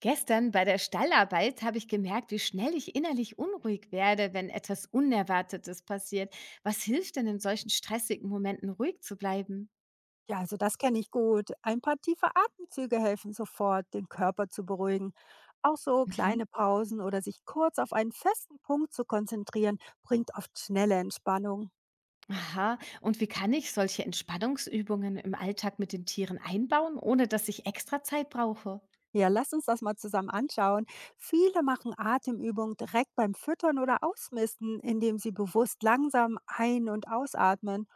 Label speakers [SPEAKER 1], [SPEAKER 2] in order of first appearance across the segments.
[SPEAKER 1] Gestern bei der Stallarbeit habe ich gemerkt, wie schnell ich innerlich unruhig werde, wenn etwas Unerwartetes passiert. Was hilft denn in solchen stressigen Momenten ruhig zu bleiben?
[SPEAKER 2] Ja, also das kenne ich gut. Ein paar tiefe Atemzüge helfen sofort, den Körper zu beruhigen. Auch so
[SPEAKER 1] Mhm.
[SPEAKER 2] kleine Pausen oder sich kurz auf einen festen Punkt zu konzentrieren, bringt oft schnelle Entspannung.
[SPEAKER 1] Aha, und wie kann ich solche Entspannungsübungen im Alltag mit den Tieren einbauen, ohne dass ich extra Zeit brauche?
[SPEAKER 2] Ja, lass uns das mal zusammen anschauen. Viele machen Atemübungen direkt beim Füttern oder Ausmisten, indem sie bewusst langsam ein- und ausatmen.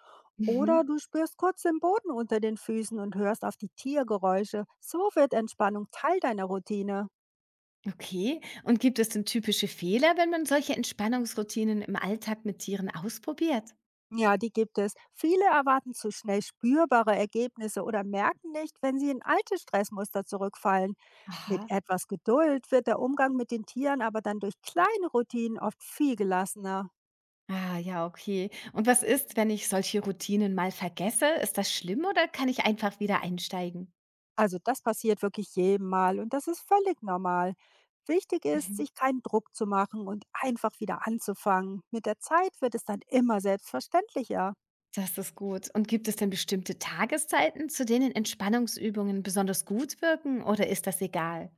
[SPEAKER 2] Oder
[SPEAKER 1] Mhm.
[SPEAKER 2] du spürst kurz den Boden unter den Füßen und hörst auf die Tiergeräusche. So wird Entspannung Teil deiner Routine.
[SPEAKER 1] Okay, und gibt es denn typische Fehler, wenn man solche Entspannungsroutinen im Alltag mit Tieren ausprobiert?
[SPEAKER 2] Ja, die gibt es. Viele erwarten zu schnell spürbare Ergebnisse oder merken nicht, wenn sie in alte Stressmuster zurückfallen. Mit
[SPEAKER 1] Aha.
[SPEAKER 2] etwas Geduld wird der Umgang mit den Tieren aber dann durch kleine Routinen oft viel gelassener.
[SPEAKER 1] Ah, ja, okay. Und was ist, wenn ich solche Routinen mal vergesse? Ist das schlimm oder kann ich einfach wieder einsteigen?
[SPEAKER 2] Also das passiert wirklich jedem Mal und das ist völlig normal. Wichtig ist,
[SPEAKER 1] Mhm.
[SPEAKER 2] sich keinen Druck zu machen und einfach wieder anzufangen. Mit der Zeit wird es dann immer selbstverständlicher.
[SPEAKER 1] Das ist gut. Und gibt es denn bestimmte Tageszeiten, zu denen Entspannungsübungen besonders gut wirken oder ist das egal?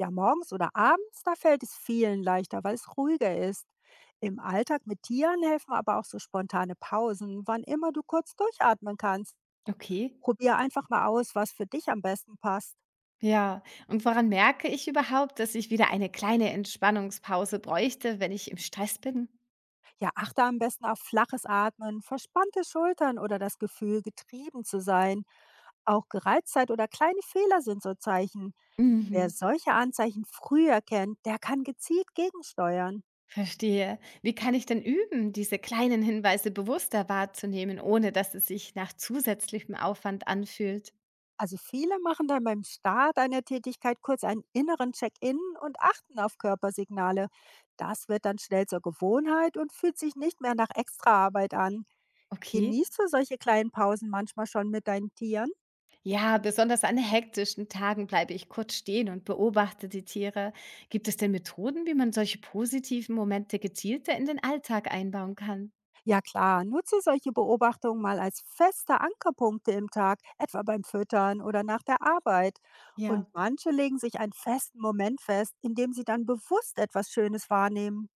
[SPEAKER 2] Ja, morgens oder abends, da fällt es vielen leichter, weil es ruhiger ist. Im Alltag mit Tieren helfen aber auch so spontane Pausen, wann immer du kurz durchatmen kannst.
[SPEAKER 1] Okay.
[SPEAKER 2] Probier einfach mal aus, was für dich am besten passt.
[SPEAKER 1] Ja, und woran merke ich überhaupt, dass ich wieder eine kleine Entspannungspause bräuchte, wenn ich im Stress bin?
[SPEAKER 2] Ja, achte am besten auf flaches Atmen, verspannte Schultern oder das Gefühl, getrieben zu sein. Auch Gereiztheit oder kleine Fehler sind so Zeichen. Wer
[SPEAKER 1] Mhm.
[SPEAKER 2] solche Anzeichen früh erkennt, der kann gezielt gegensteuern.
[SPEAKER 1] Verstehe. Wie kann ich denn üben, diese kleinen Hinweise bewusster wahrzunehmen, ohne dass es sich nach zusätzlichem Aufwand anfühlt?
[SPEAKER 2] Also viele machen dann beim Start einer Tätigkeit kurz einen inneren Check-in und achten auf Körpersignale. Das wird dann schnell zur Gewohnheit und fühlt sich nicht mehr nach Extraarbeit an.
[SPEAKER 1] Okay.
[SPEAKER 2] Genießt du solche kleinen Pausen manchmal schon mit deinen Tieren?
[SPEAKER 1] Ja, besonders an hektischen Tagen bleibe ich kurz stehen und beobachte die Tiere. Gibt es denn Methoden, wie man solche positiven Momente gezielter in den Alltag einbauen kann?
[SPEAKER 2] Ja klar, nutze solche Beobachtungen mal als feste Ankerpunkte im Tag, etwa beim Füttern oder nach der Arbeit.
[SPEAKER 1] Ja,
[SPEAKER 2] Und manche legen sich einen festen Moment fest, in dem sie dann bewusst etwas Schönes wahrnehmen.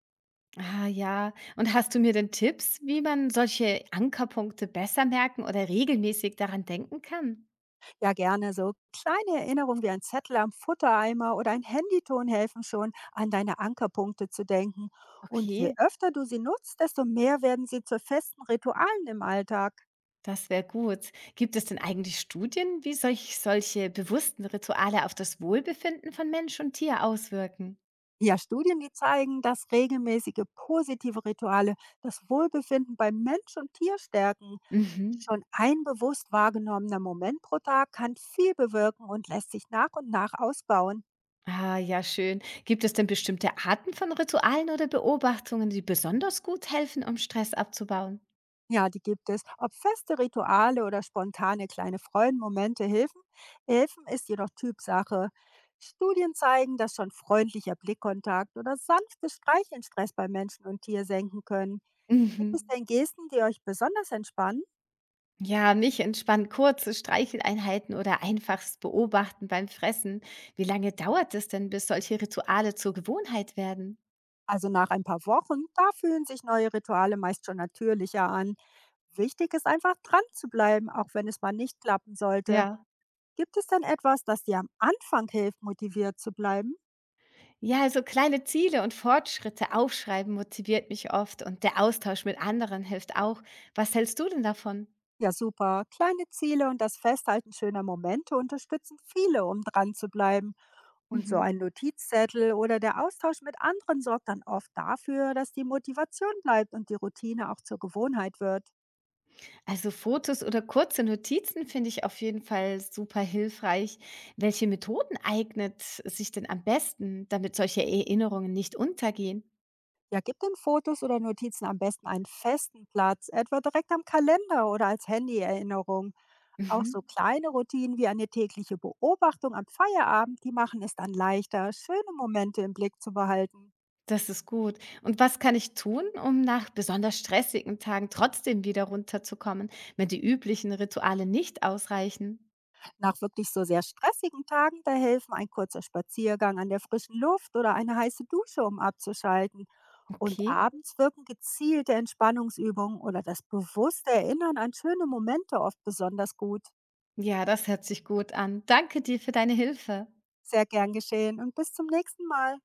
[SPEAKER 1] ah ja, und hast du mir denn Tipps, wie man solche Ankerpunkte besser merken oder regelmäßig daran denken kann?
[SPEAKER 2] Ja, gerne. So kleine Erinnerungen wie ein Zettel am Futtereimer oder ein Handyton helfen schon, an deine Ankerpunkte zu denken. Und je
[SPEAKER 1] Okay,
[SPEAKER 2] öfter du sie nutzt, desto mehr werden sie zu festen Ritualen im Alltag.
[SPEAKER 1] das wäre gut. Gibt es denn eigentlich Studien, wie solche bewussten Rituale auf das Wohlbefinden von Mensch und Tier auswirken?
[SPEAKER 2] Ja, Studien, die zeigen, dass regelmäßige positive Rituale das Wohlbefinden bei Mensch und Tier stärken.
[SPEAKER 1] Mhm.
[SPEAKER 2] Schon ein bewusst wahrgenommener Moment pro Tag kann viel bewirken und lässt sich nach und nach ausbauen.
[SPEAKER 1] Ah, ja, schön. Gibt es denn bestimmte Arten von Ritualen oder Beobachtungen, die besonders gut helfen, um Stress abzubauen?
[SPEAKER 2] Ja, die gibt es. Ob feste Rituale oder spontane kleine Freudenmomente helfen, ist jedoch Typsache. Studien zeigen, dass schon freundlicher Blickkontakt oder sanftes Streicheln Stress bei Menschen und Tier senken können. Gibt es
[SPEAKER 1] Mhm.
[SPEAKER 2] denn Gesten, die euch besonders entspannen?
[SPEAKER 1] Ja, mich entspannen kurze Streicheleinheiten oder einfaches Beobachten beim Fressen. Wie lange dauert es denn, bis solche Rituale zur Gewohnheit werden?
[SPEAKER 2] Also nach ein paar Wochen, da fühlen sich neue Rituale meist schon natürlicher an. Wichtig ist einfach dran zu bleiben, auch wenn es mal nicht klappen sollte.
[SPEAKER 1] Ja.
[SPEAKER 2] Gibt es denn etwas, das dir am Anfang hilft, motiviert zu bleiben?
[SPEAKER 1] Ja, also kleine Ziele und Fortschritte aufschreiben motiviert mich oft und der Austausch mit anderen hilft auch. Was hältst du denn davon?
[SPEAKER 2] Ja, super. Kleine Ziele und das Festhalten schöner Momente unterstützen viele, um dran zu bleiben. Und so
[SPEAKER 1] Mhm.
[SPEAKER 2] ein Notizzettel oder der Austausch mit anderen sorgt dann oft dafür, dass die Motivation bleibt und die Routine auch zur Gewohnheit wird.
[SPEAKER 1] Also Fotos oder kurze Notizen finde ich auf jeden Fall super hilfreich. Welche Methoden eignet sich denn am besten, damit solche Erinnerungen nicht untergehen?
[SPEAKER 2] Ja, gib den Fotos oder Notizen am besten einen festen Platz, etwa direkt am Kalender oder als Handy-Erinnerung. Auch
[SPEAKER 1] Mhm.
[SPEAKER 2] so kleine Routinen wie eine tägliche Beobachtung am Feierabend, die machen es dann leichter, schöne Momente im Blick zu behalten.
[SPEAKER 1] Das ist gut. Und was kann ich tun, um nach besonders stressigen Tagen trotzdem wieder runterzukommen, wenn die üblichen Rituale nicht ausreichen?
[SPEAKER 2] Nach wirklich so sehr stressigen Tagen, da helfen ein kurzer Spaziergang an der frischen Luft oder eine heiße Dusche, um abzuschalten. Und
[SPEAKER 1] Okay.
[SPEAKER 2] abends wirken gezielte Entspannungsübungen oder das bewusste Erinnern an schöne Momente oft besonders gut.
[SPEAKER 1] Ja, das hört sich gut an. Danke dir für deine Hilfe.
[SPEAKER 2] Sehr gern geschehen und bis zum nächsten Mal.